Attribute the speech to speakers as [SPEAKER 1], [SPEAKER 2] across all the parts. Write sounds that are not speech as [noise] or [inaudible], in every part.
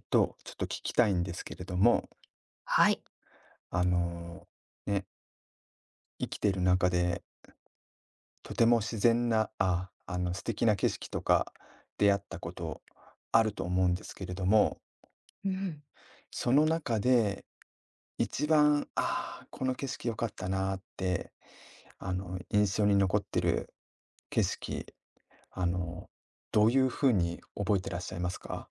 [SPEAKER 1] と、ちょっと聞きたいんですけれども、
[SPEAKER 2] はい。
[SPEAKER 1] あの、ね、生きてる中で、とても自然な、素敵な景色とか出会ったことあると思うんですけれども、
[SPEAKER 2] うん。
[SPEAKER 1] その中で一番、この景色良かったなって、印象に残ってる景色、あの、どういうふうに覚えてらっしゃいますか？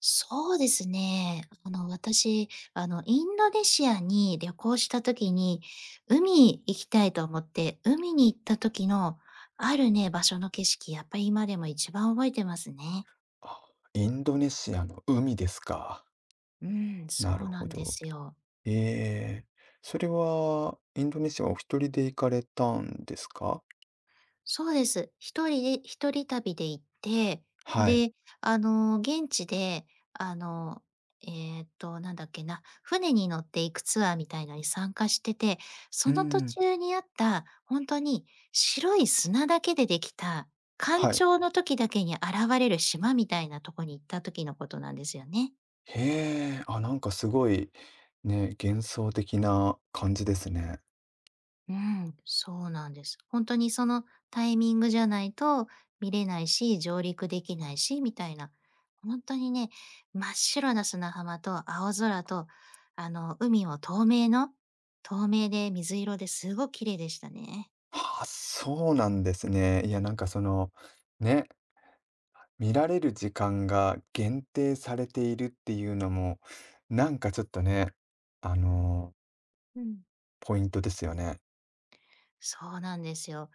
[SPEAKER 2] そうですね。私、インドネシアに旅行した時に、海行きたいと思って、海に行った時の、あるね、場所の景色、やっぱり今でも一番覚えてますね。
[SPEAKER 1] あ、インドネシアの海ですか。
[SPEAKER 2] うん、
[SPEAKER 1] な
[SPEAKER 2] そ
[SPEAKER 1] る
[SPEAKER 2] うな
[SPEAKER 1] ほ
[SPEAKER 2] んで
[SPEAKER 1] ど。
[SPEAKER 2] すよ。
[SPEAKER 1] ええ。それはインドネシアはお一人で行かれたんですか？
[SPEAKER 2] そうです。一人で一人旅で行って、
[SPEAKER 1] はい。
[SPEAKER 2] で、現地で、あの、なんだっけな、船に乗っていくツアーみたいのに参加してて、
[SPEAKER 1] う
[SPEAKER 2] その途
[SPEAKER 1] ん。
[SPEAKER 2] 中にあった、本当に白い砂だけでできた、干
[SPEAKER 1] はい。
[SPEAKER 2] 潮の時だけに現れる島みたいなとこに行った時のことなんですよね。
[SPEAKER 1] へえ、なんかすごい、ね、幻想的な感じですね。
[SPEAKER 2] うん、そうなんです。本当にそのタイミングじゃないと見れないし、上陸できないしみたいな。本当にね、真っ白な砂浜と青空と、海も透明で水色ですごく綺麗でしたね。
[SPEAKER 1] はあ、そうなんですね。いや、なんかその、ね、見られる時間が限定されているっていうのも、なんかちょっとね、あの、
[SPEAKER 2] うん。
[SPEAKER 1] ポイントですよね。
[SPEAKER 2] そうなんですよ。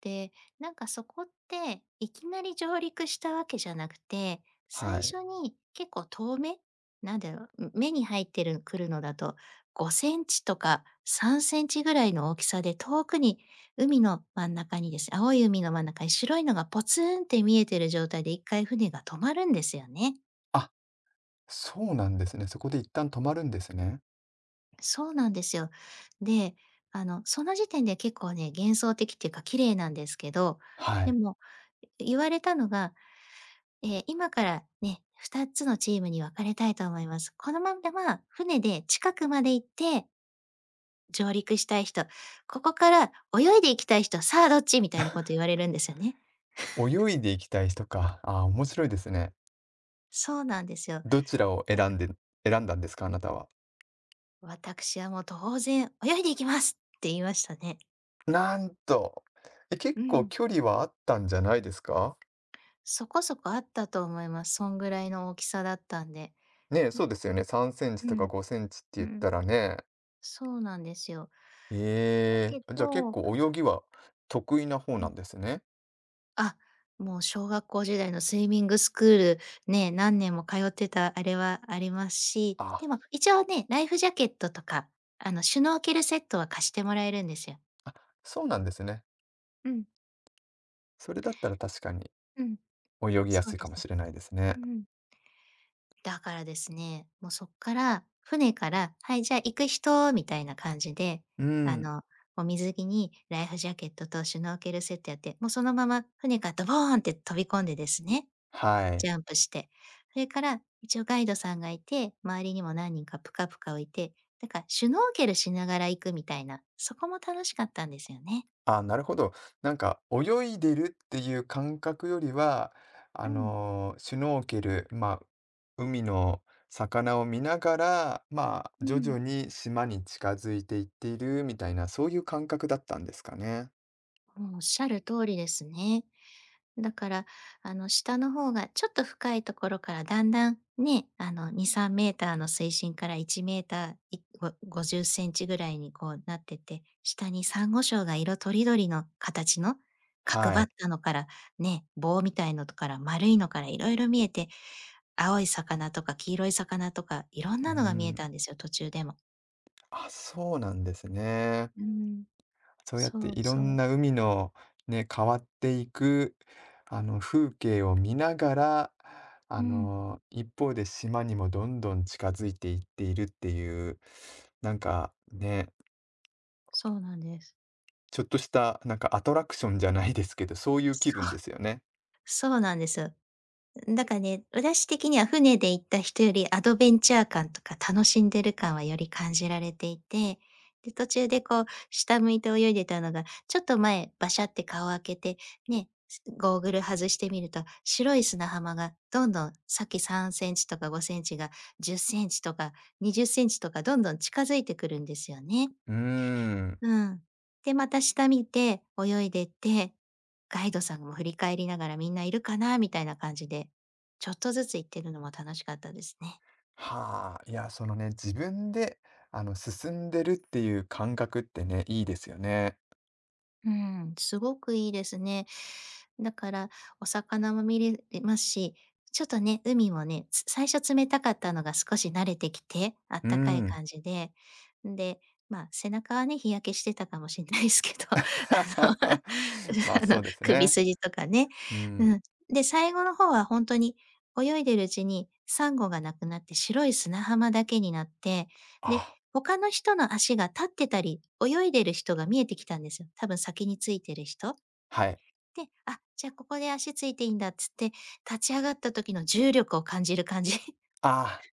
[SPEAKER 2] で、なんかそこって、いきなり上陸したわけじゃなくて、
[SPEAKER 1] は
[SPEAKER 2] 最
[SPEAKER 1] い。
[SPEAKER 2] 初に結構遠目なんだろう、目に入ってるくるのだと、5センチとか3センチぐらいの大きさで、遠くに海の真ん中にですね青い海の真ん中に白いのがポツンって見えてる状態で一回船が止まるんですよね。
[SPEAKER 1] あ、そうなんですね。そこで一旦止まるんですね。
[SPEAKER 2] そうなんですよ。で、その時点で結構ね、幻想的っていうか綺麗なんですけど、
[SPEAKER 1] は
[SPEAKER 2] で
[SPEAKER 1] い。
[SPEAKER 2] も、言われたのが、今からね、2つのチームに分かれたいと思います。このまんまでは船で近くまで行って上陸したい人、ここから泳いで行きたい人、さあどっちみたいなこと言われるんですよね。
[SPEAKER 1] 泳いでいきたい人か。ああ、面白いですね。
[SPEAKER 2] そうなんですよ。
[SPEAKER 1] どちらを選んで選んだんですか？あなたは。
[SPEAKER 2] 私はもう当然泳いで行きますって言いましたね。
[SPEAKER 1] なんと、え、結
[SPEAKER 2] う
[SPEAKER 1] 構
[SPEAKER 2] ん。
[SPEAKER 1] 距離はあったんじゃないですか？
[SPEAKER 2] そこそこあったと思います。そんぐらいの大きさだったんで。
[SPEAKER 1] ねえ、そうですよね。3センチ
[SPEAKER 2] う
[SPEAKER 1] とか
[SPEAKER 2] ん。
[SPEAKER 1] 5センチって言
[SPEAKER 2] う
[SPEAKER 1] っ
[SPEAKER 2] ん、
[SPEAKER 1] たらね。
[SPEAKER 2] そうなんですよ。だ
[SPEAKER 1] え
[SPEAKER 2] け
[SPEAKER 1] え、じゃあ結
[SPEAKER 2] ど
[SPEAKER 1] 構泳ぎは得意な
[SPEAKER 2] う
[SPEAKER 1] 方な
[SPEAKER 2] ん、
[SPEAKER 1] んですね。
[SPEAKER 2] あ、もう小学校時代のスイミングスクール、ね、何年も通ってたあれはありますし、
[SPEAKER 1] あ、
[SPEAKER 2] でも一応ね、ライフジャケットとか、シュノーケルセットは貸してもらえるんですよ。
[SPEAKER 1] あ、そうなんですね。
[SPEAKER 2] うん、
[SPEAKER 1] それだったら確かに
[SPEAKER 2] うん、
[SPEAKER 1] 泳ぎや
[SPEAKER 2] そう
[SPEAKER 1] すい
[SPEAKER 2] で
[SPEAKER 1] か
[SPEAKER 2] す
[SPEAKER 1] も
[SPEAKER 2] ね。
[SPEAKER 1] しれないです
[SPEAKER 2] う
[SPEAKER 1] ね。
[SPEAKER 2] ん。だからですね、もうそっから、船から、はい、じゃあ行く人みたいな感じで、
[SPEAKER 1] う
[SPEAKER 2] あ
[SPEAKER 1] ん、
[SPEAKER 2] の、もう水着にライフジャケットとシュノーケルセットやって、もうそのまま船からドボーンって飛び込んでですね
[SPEAKER 1] はい。
[SPEAKER 2] ジャンプして。それから、一応ガイドさんがいて、周りにも何人かぷかぷか浮いて、だからシュノーケルしながら行くみたいな、そこも楽しかったんですよね。
[SPEAKER 1] あなるほど。なんか泳いでるっていう感覚よりは、
[SPEAKER 2] うん、
[SPEAKER 1] シュノーケル、まあ、海の魚を見ながら、まあ、
[SPEAKER 2] う
[SPEAKER 1] 徐
[SPEAKER 2] ん。
[SPEAKER 1] 々に島に近づいていっているみたいな、そういう感覚だったんですかね。
[SPEAKER 2] もうん、おっしゃる通りですね。だから、下の方がちょっと深いところからだんだんね、2、3メーターの水深から1メーター、いご50センチぐらいにこうなってて、下にサンゴ礁が色とりどりの形の角
[SPEAKER 1] は
[SPEAKER 2] ばっ
[SPEAKER 1] い。
[SPEAKER 2] たのからね、棒みたいのとから丸いのからいろいろ見えて、青い魚とか黄色い魚とかいろん
[SPEAKER 1] う
[SPEAKER 2] なのが見え
[SPEAKER 1] ん。
[SPEAKER 2] たんですよ、途中でも。
[SPEAKER 1] あ、そうなんですね。
[SPEAKER 2] うん、
[SPEAKER 1] そうやって
[SPEAKER 2] そう
[SPEAKER 1] いろ
[SPEAKER 2] そ
[SPEAKER 1] ん
[SPEAKER 2] う。
[SPEAKER 1] な海のね、変わっていく、風景を見ながら、
[SPEAKER 2] うん、
[SPEAKER 1] 一方で島にもどんどん近づいていっているっていう、なんかね、
[SPEAKER 2] そうなんです。
[SPEAKER 1] ちょっとした、なんかアトラクションじゃないですけど、そういう
[SPEAKER 2] そ
[SPEAKER 1] 気分で
[SPEAKER 2] う、
[SPEAKER 1] すよね。
[SPEAKER 2] そうなんです。だからね、私的には船で行った人よりアドベンチャー感とか楽しんでる感はより感じられていて、で、途中でこう、下向いて泳いでたのが、ちょっと前、バシャって顔を開けて、ね、ゴーグル外してみると、白い砂浜がどんどん、さっき3センチとか5センチが10センチとか20センチとかどんどん近づいてくるんですよね。
[SPEAKER 1] うーん。
[SPEAKER 2] うん。で、また下見て、泳いでって、ガイドさんも振り返りながらみんないるかなみたいな感じで、ちょっとずつ行ってるのも楽しかったですね。
[SPEAKER 1] はあ。いや、そのね、自分で、進んでるっていう感覚ってね、いいですよね。
[SPEAKER 2] うん、すごくいいですね。だから、お魚も見れますし、ちょっとね、海もね、最初冷たかったのが少し慣れてきて、あっ
[SPEAKER 1] う
[SPEAKER 2] たかい
[SPEAKER 1] ん。
[SPEAKER 2] 感じで、んで、まあ、背中はね、日焼けしてたかもしれないですけど、[laughs] の、
[SPEAKER 1] [laughs] まあ、
[SPEAKER 2] [laughs]
[SPEAKER 1] そうです
[SPEAKER 2] 首
[SPEAKER 1] ね。
[SPEAKER 2] 筋とかね。
[SPEAKER 1] う
[SPEAKER 2] う
[SPEAKER 1] ん。
[SPEAKER 2] ん。で、最後の方は本当に泳いでるうちに、サンゴがなくなって白い砂浜だけになって、で、
[SPEAKER 1] あ、
[SPEAKER 2] 他の人の足が立ってたり、泳いでる人が見えてきたんですよ。多分先についてる人。
[SPEAKER 1] はい。
[SPEAKER 2] で、あ、じゃあここで足ついていいんだっつって、立ち上がった時の重力を感じる感じ。[laughs]
[SPEAKER 1] あ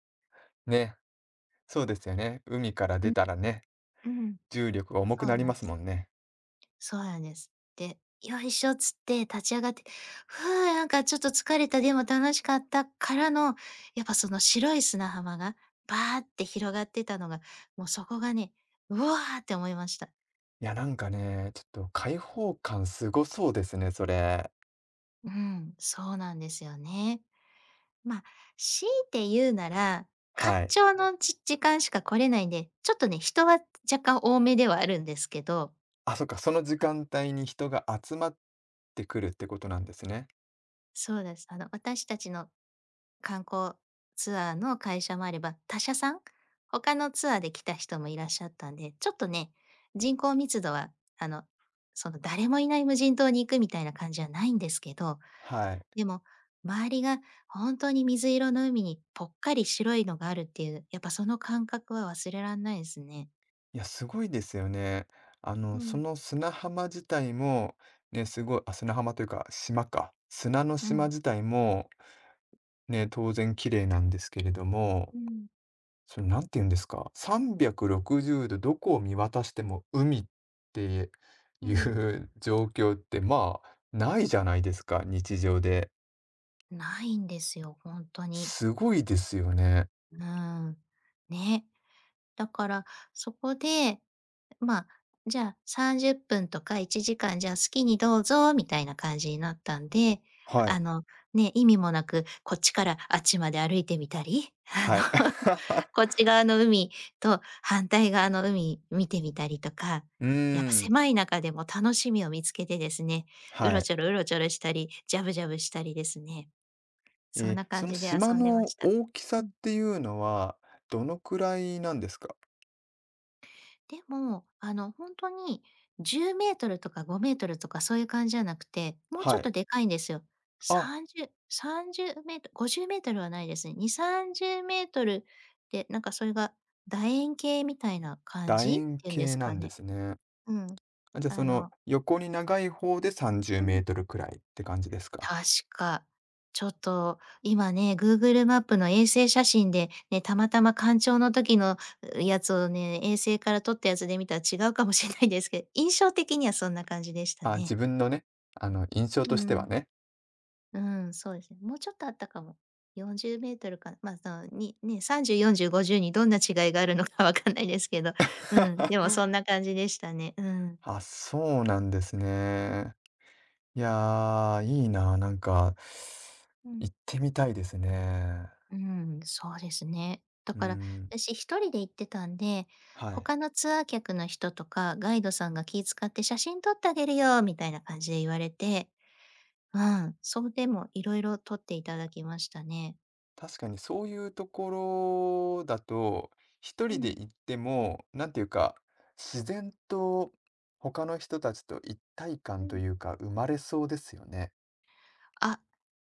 [SPEAKER 1] あ、ね、そうですよね。海から
[SPEAKER 2] う
[SPEAKER 1] 出
[SPEAKER 2] ん、
[SPEAKER 1] たらね、
[SPEAKER 2] うん。
[SPEAKER 1] 重力が重く
[SPEAKER 2] そ
[SPEAKER 1] な
[SPEAKER 2] う
[SPEAKER 1] り
[SPEAKER 2] なん
[SPEAKER 1] ま
[SPEAKER 2] で
[SPEAKER 1] す
[SPEAKER 2] す。
[SPEAKER 1] もんね。
[SPEAKER 2] そうなんです。で、よいしょっつって立ち上がって、ふう、なんかちょっと疲れた、でも楽しかったからの、やっぱその白い砂浜がバーって広がってたのが、もうそこがね、うわーって思いました。
[SPEAKER 1] いや、なんかね、ちょっと開放感すごそうですね、それ。
[SPEAKER 2] うん、そうなんですよね。まあ、強いて言うなら、干
[SPEAKER 1] はい。
[SPEAKER 2] 潮の時間しか来れないんで、ちょっとね、人は若干多めではあるんですけど、
[SPEAKER 1] あ、そっか、その
[SPEAKER 2] ほ
[SPEAKER 1] 時
[SPEAKER 2] か
[SPEAKER 1] 間帯に人が集まってくるってことなんですね。
[SPEAKER 2] そうです。私たちの観光ツアーの会社もあれば、他社さん、他のツアーで来た人もいらっしゃったんで、ちょっとね、人口密度は、あの、誰もいない無人島に行くみたいな感じはないんですけど、
[SPEAKER 1] はい。
[SPEAKER 2] でも、周りが本当に水色の海にぽっかり白いのがあるっていう、やっぱその感覚は忘れらんないですね。
[SPEAKER 1] いや、すごいですよね。
[SPEAKER 2] う
[SPEAKER 1] そ
[SPEAKER 2] ん、
[SPEAKER 1] の砂浜自体も、ね、すごい、あ、砂浜というか、島か。砂の
[SPEAKER 2] う
[SPEAKER 1] 島
[SPEAKER 2] ん、
[SPEAKER 1] 自体も、ね、当然綺麗なんですけれども
[SPEAKER 2] うん、
[SPEAKER 1] それなんて言うんですか、360度どこを見渡しても海って
[SPEAKER 2] う
[SPEAKER 1] い
[SPEAKER 2] ん。
[SPEAKER 1] う [laughs] 状況って、まあ、ないじゃないですか、日常で。
[SPEAKER 2] ないんですよ、本当に。
[SPEAKER 1] すごいですよね。
[SPEAKER 2] うん。ね。だから、そこで、まあ、じゃあ30分とか1時間、じゃあ好きにどうぞみたいな感じになったんで、
[SPEAKER 1] はい、
[SPEAKER 2] あの、ね、意味もなく、こっちからあっちまで歩いてみたり、[laughs]
[SPEAKER 1] はい。
[SPEAKER 2] [laughs]
[SPEAKER 1] [laughs]
[SPEAKER 2] こっち側の海と反対側の海見てみたりとか、
[SPEAKER 1] うー
[SPEAKER 2] やっぱ
[SPEAKER 1] ん、
[SPEAKER 2] 狭い中でも楽しみを見つけてですね、う
[SPEAKER 1] は
[SPEAKER 2] ろ
[SPEAKER 1] い。
[SPEAKER 2] ちょろうろちょろしたり、ジャブジャブしたりですね、そん
[SPEAKER 1] え、
[SPEAKER 2] な感
[SPEAKER 1] その
[SPEAKER 2] じで
[SPEAKER 1] 島
[SPEAKER 2] 遊んでま
[SPEAKER 1] の
[SPEAKER 2] した。
[SPEAKER 1] 大きさ
[SPEAKER 2] う
[SPEAKER 1] っ
[SPEAKER 2] ん。
[SPEAKER 1] ていうのは、どのくらいなんですか？
[SPEAKER 2] でも、本当に10メートルとか5メートルとかそういう感じじゃなくて、もうちょ
[SPEAKER 1] は
[SPEAKER 2] っ
[SPEAKER 1] い。
[SPEAKER 2] とでかいんですよ。
[SPEAKER 1] あ、
[SPEAKER 2] 30メートル、50メートルはないですね。2、30メートルで、なんかそれが楕円形みたいな感
[SPEAKER 1] 楕
[SPEAKER 2] じっ
[SPEAKER 1] 円
[SPEAKER 2] ていうんです
[SPEAKER 1] 形な
[SPEAKER 2] か
[SPEAKER 1] んで
[SPEAKER 2] ね。
[SPEAKER 1] すね。
[SPEAKER 2] うん。
[SPEAKER 1] あ、じゃ、そ
[SPEAKER 2] あ
[SPEAKER 1] の
[SPEAKER 2] の
[SPEAKER 1] 横に長い方で30メ
[SPEAKER 2] う
[SPEAKER 1] ー
[SPEAKER 2] ん。
[SPEAKER 1] トルくらいって感じですか？
[SPEAKER 2] 確か。ちょっと今ね、Google マップの衛星写真で、ね、たまたま干潮の時の、やつをね、衛星から撮ったやつで見たら違うかもしれないですけど、[laughs] 印象的にはそんな感じでした
[SPEAKER 1] あ、自
[SPEAKER 2] ね。
[SPEAKER 1] 分のね、印象
[SPEAKER 2] う
[SPEAKER 1] としては
[SPEAKER 2] ん。
[SPEAKER 1] ね。
[SPEAKER 2] うん、そうですね。もうちょっとあったかも。4 0ルかな。まあ、その、にね、30、40、50にどんな違いがあるのか [laughs] わかんないですけど、うん、でも
[SPEAKER 1] [laughs]
[SPEAKER 2] そんな感じでしたね。うん。
[SPEAKER 1] あ、そうなんですね。いやー、いいな、なんか、
[SPEAKER 2] うん。
[SPEAKER 1] 行ってみたいですね。
[SPEAKER 2] うん、そうですね。だ
[SPEAKER 1] う
[SPEAKER 2] から、
[SPEAKER 1] ん、
[SPEAKER 2] 私一人で行ってたんで、
[SPEAKER 1] はい。
[SPEAKER 2] 他のツアー客の人とか、ガイドさんが気遣って写真撮ってあげるよみたいな感じで言われて、うん、そうでもいろいろ撮っていただきましたね。
[SPEAKER 1] 確かにそういうところだと、一
[SPEAKER 2] う
[SPEAKER 1] 人で
[SPEAKER 2] ん、
[SPEAKER 1] 行っても、なんていうか、自然と他の人たちと一体
[SPEAKER 2] う
[SPEAKER 1] 感と
[SPEAKER 2] ん。
[SPEAKER 1] いうか、生まれそうですよね。
[SPEAKER 2] あ、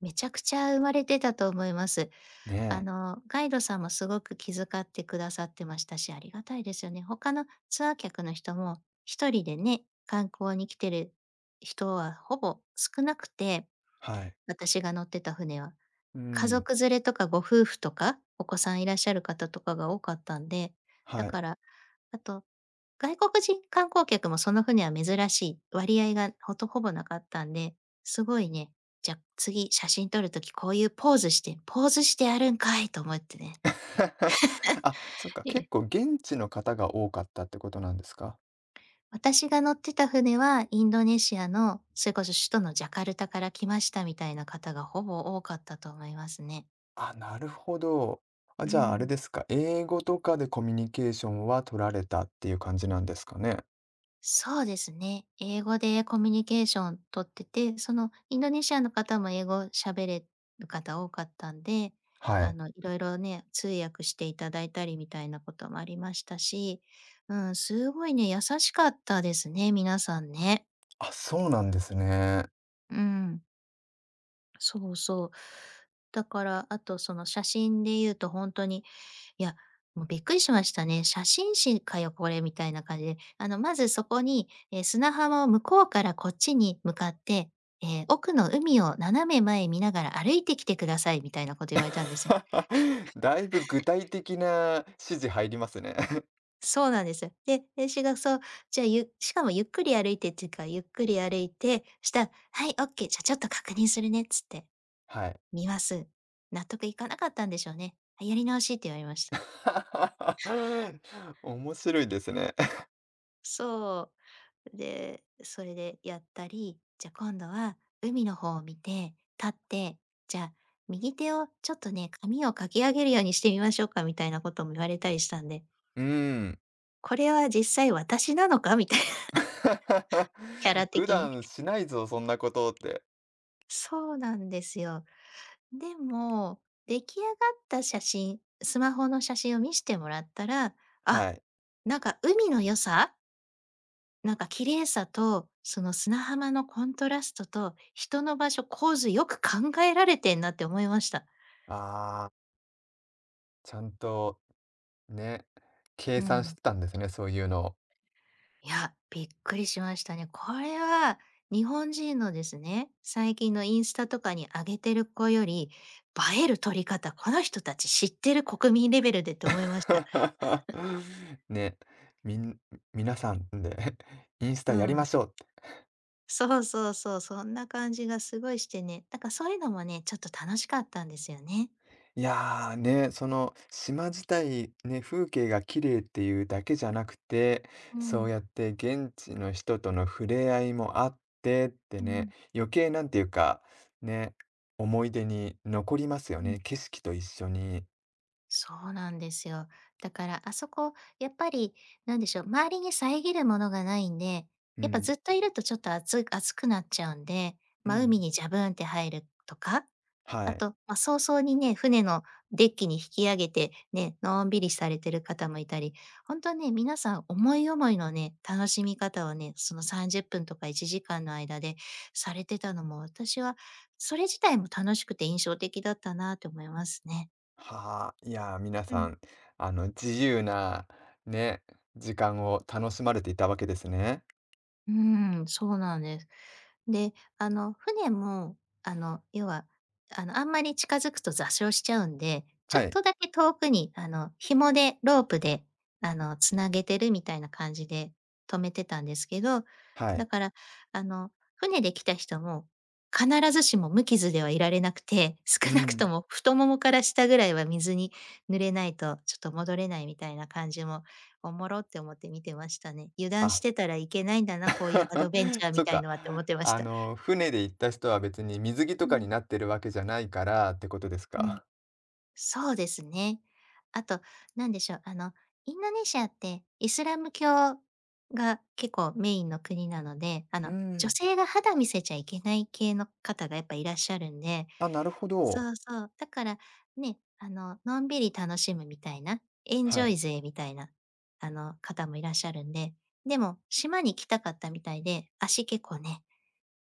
[SPEAKER 2] めちゃくちゃ生まれてたと思います。
[SPEAKER 1] ねえ、
[SPEAKER 2] ガイドさんもすごく気遣ってくださってましたし、ありがたいですよね。他のツアー客の人も、一人でね、観光に来てる人はほぼ少なくて
[SPEAKER 1] はい。
[SPEAKER 2] 私が乗ってた船は。
[SPEAKER 1] う
[SPEAKER 2] 家
[SPEAKER 1] ん、
[SPEAKER 2] 族連れとかご夫婦とか、お子さんいらっしゃる方とかが多かったんで、だ
[SPEAKER 1] はい。
[SPEAKER 2] から、あと、外国人観光客もその船は珍しい、割合がほぼなかったんで、すごいね、じゃ、次写真撮るときこういうポーズしてポーズしてやるんかいと思ってね。
[SPEAKER 1] [laughs] あ、そっか、
[SPEAKER 2] い
[SPEAKER 1] 結
[SPEAKER 2] え。
[SPEAKER 1] 構現地の方が多かったってことなんですか？
[SPEAKER 2] 私が乗ってた船はインドネシアの、それこそ首都のジャカルタから来ましたみたいな方がほぼ多かったと思いますね。
[SPEAKER 1] あ、なるほど。あ、
[SPEAKER 2] う
[SPEAKER 1] じゃあ、あれ
[SPEAKER 2] ん。
[SPEAKER 1] ですか、英語とかでコミュニケーションは取られたっていう感じなんですかね？
[SPEAKER 2] そうですね。英語でコミュニケーション取ってて、そのインドネシアの方も英語喋れる方多かったんで、
[SPEAKER 1] はい。
[SPEAKER 2] いろいろね、通訳していただいたりみたいなこともありましたし、うん、すごいね、優しかったですね、皆さんね。
[SPEAKER 1] あ、そうなんですね。
[SPEAKER 2] うん、そうそう。だから、あとその写真で言うと本当にいや、もうびっくりしましたね。写真誌かよ、これみたいな感じで。まずそこに、砂浜を向こうからこっちに向かって、奥の海を斜め前見ながら歩いてきてくださいみたいなこと言われたんですよ。
[SPEAKER 1] [laughs] だいぶ具体的な指示入りますね。
[SPEAKER 2] そうなんですよ。で私がそう、じゃあ、しかもゆっくり歩いてっていうか、ゆっくり歩いて、したら、はい、オッケー、じゃあちょっと確認するねっつって、
[SPEAKER 1] [laughs] はい。
[SPEAKER 2] 見ます。納得いかなかったんでしょうね。はいやり直しって言われました。
[SPEAKER 1] [laughs] 面白いですね。
[SPEAKER 2] そう。で、それでやったり、じゃあ今度は海の方を見て、立って、じゃあ右手をちょっとね、髪をかき上げるようにしてみましょうかみたいなことも言われたりしたんで、
[SPEAKER 1] [laughs] うーん。
[SPEAKER 2] これは実際私なのかみたいな、[laughs] キャ
[SPEAKER 1] [laughs]
[SPEAKER 2] ラ
[SPEAKER 1] 普
[SPEAKER 2] 的に。
[SPEAKER 1] 段しないぞ、そんなことって。
[SPEAKER 2] そうなんですよ。でも、出来上がった写真、スマホの写真を見してもらったら、あ、
[SPEAKER 1] はい。
[SPEAKER 2] なんか海の良さなんか綺麗さと、その砂浜のコントラストと、人の場所、構図よく考えられてんなって思いました。
[SPEAKER 1] ああ。ちゃんと、ね、計
[SPEAKER 2] う
[SPEAKER 1] 算し
[SPEAKER 2] ん。
[SPEAKER 1] てたんですね、そういうのを。
[SPEAKER 2] いや、びっくりしましたね。これは日本人のですね、最近のインスタとかに上げてる子より、映える撮り方、この人たち知ってる国民レベルでって思いました。
[SPEAKER 1] [laughs] ね、みん皆さんで [laughs] インスタ
[SPEAKER 2] う
[SPEAKER 1] やりま
[SPEAKER 2] ん。
[SPEAKER 1] しょうって。
[SPEAKER 2] そうそうそう、そんな感じがすごいしてね、だからそういうのもね、ちょっと楽しかったんですよね。
[SPEAKER 1] いや、ね、その島自体、ね、風景が綺麗っていうだけじゃなくて、
[SPEAKER 2] う
[SPEAKER 1] そう
[SPEAKER 2] ん、
[SPEAKER 1] やって現地の人との触れ合いもあってって
[SPEAKER 2] う
[SPEAKER 1] ね、
[SPEAKER 2] ん、
[SPEAKER 1] 余計なんていうか、ね、思い出に残ります
[SPEAKER 2] う
[SPEAKER 1] よ
[SPEAKER 2] ん。
[SPEAKER 1] ね、景色と一緒に。
[SPEAKER 2] そうなんですよ。だから、あそこ、やっぱり、なんでしょう、周りに遮るものがないんで、
[SPEAKER 1] う
[SPEAKER 2] やっぱ
[SPEAKER 1] ん、
[SPEAKER 2] ずっといるとちょっと暑くなっちゃうんで、
[SPEAKER 1] う
[SPEAKER 2] ま、海
[SPEAKER 1] ん、
[SPEAKER 2] にジャブンって入るとか、
[SPEAKER 1] は
[SPEAKER 2] あ
[SPEAKER 1] い。
[SPEAKER 2] と、ま、早々にね、船のデッキに引き上げて、ね、のんびりされてる方もいたり、ほんとね、皆さん思い思いのね、楽しみ方をね、その30分とか1時間の間でされてたのも、私はそれ自体も楽しくて印象的だったなと思いますね。
[SPEAKER 1] はあ、いやー、皆
[SPEAKER 2] う
[SPEAKER 1] さ
[SPEAKER 2] ん。
[SPEAKER 1] ん、自由な、ね、時間を楽しまれていたわけですね。
[SPEAKER 2] うん、そうなんです。で、船も、要は、あんまり近づくと座礁しちゃうんで、ちょ
[SPEAKER 1] は
[SPEAKER 2] っ
[SPEAKER 1] い、
[SPEAKER 2] とだけ遠くに、紐で、ロープで、つなげてるみたいな感じで止めてたんですけど、
[SPEAKER 1] は
[SPEAKER 2] だ
[SPEAKER 1] い。
[SPEAKER 2] から、あの、船で来た人も、必ずしも無傷ではいられなくて、[laughs]
[SPEAKER 1] う
[SPEAKER 2] 少なくと
[SPEAKER 1] ん。
[SPEAKER 2] も太ももから下ぐらいは水に濡れないと、ちょっと戻れないみたいな感じもおもろって思って見てましたね。油断
[SPEAKER 1] あ、
[SPEAKER 2] してたらいけないんだな、こういうアドベン
[SPEAKER 1] [laughs]
[SPEAKER 2] チャー
[SPEAKER 1] そ
[SPEAKER 2] み
[SPEAKER 1] っ
[SPEAKER 2] たい
[SPEAKER 1] か。
[SPEAKER 2] のはって思ってました。
[SPEAKER 1] 船で行った人は別に水着と
[SPEAKER 2] う
[SPEAKER 1] か
[SPEAKER 2] ん、
[SPEAKER 1] になってるわけじゃないからってことです
[SPEAKER 2] うん。
[SPEAKER 1] か。
[SPEAKER 2] そうですね。あと、なんでしょう、インドネシアってイスラム教が結構メインの国なので、
[SPEAKER 1] う
[SPEAKER 2] 女
[SPEAKER 1] ん。
[SPEAKER 2] 性が肌見せちゃいけない系の方がやっぱいらっしゃるんで
[SPEAKER 1] あ、なるほど。
[SPEAKER 2] そうそう。だから、ね、のんびり楽しむみたいな、エンジ
[SPEAKER 1] は
[SPEAKER 2] ョイ
[SPEAKER 1] い。
[SPEAKER 2] 勢みたいな、方もいらっしゃるんで、でも、島に来たかったみたいで、足結構ね、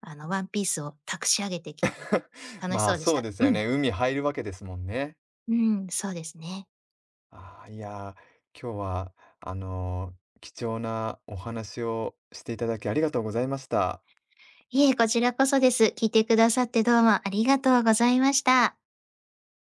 [SPEAKER 2] ワンピースをたくし上げてきたり、
[SPEAKER 1] [laughs]
[SPEAKER 2] 楽し
[SPEAKER 1] ま
[SPEAKER 2] そ
[SPEAKER 1] あ、
[SPEAKER 2] うでし
[SPEAKER 1] そ
[SPEAKER 2] た。
[SPEAKER 1] うですよ
[SPEAKER 2] うん。
[SPEAKER 1] ね。海入るわけですもんね。
[SPEAKER 2] うん、そうですね。
[SPEAKER 1] ああ、いやー、今日は、あの、貴重なお話をしていただきありがとうございました。
[SPEAKER 2] いえ、こちらこそです。聞いてくださってどうもありがとうございました。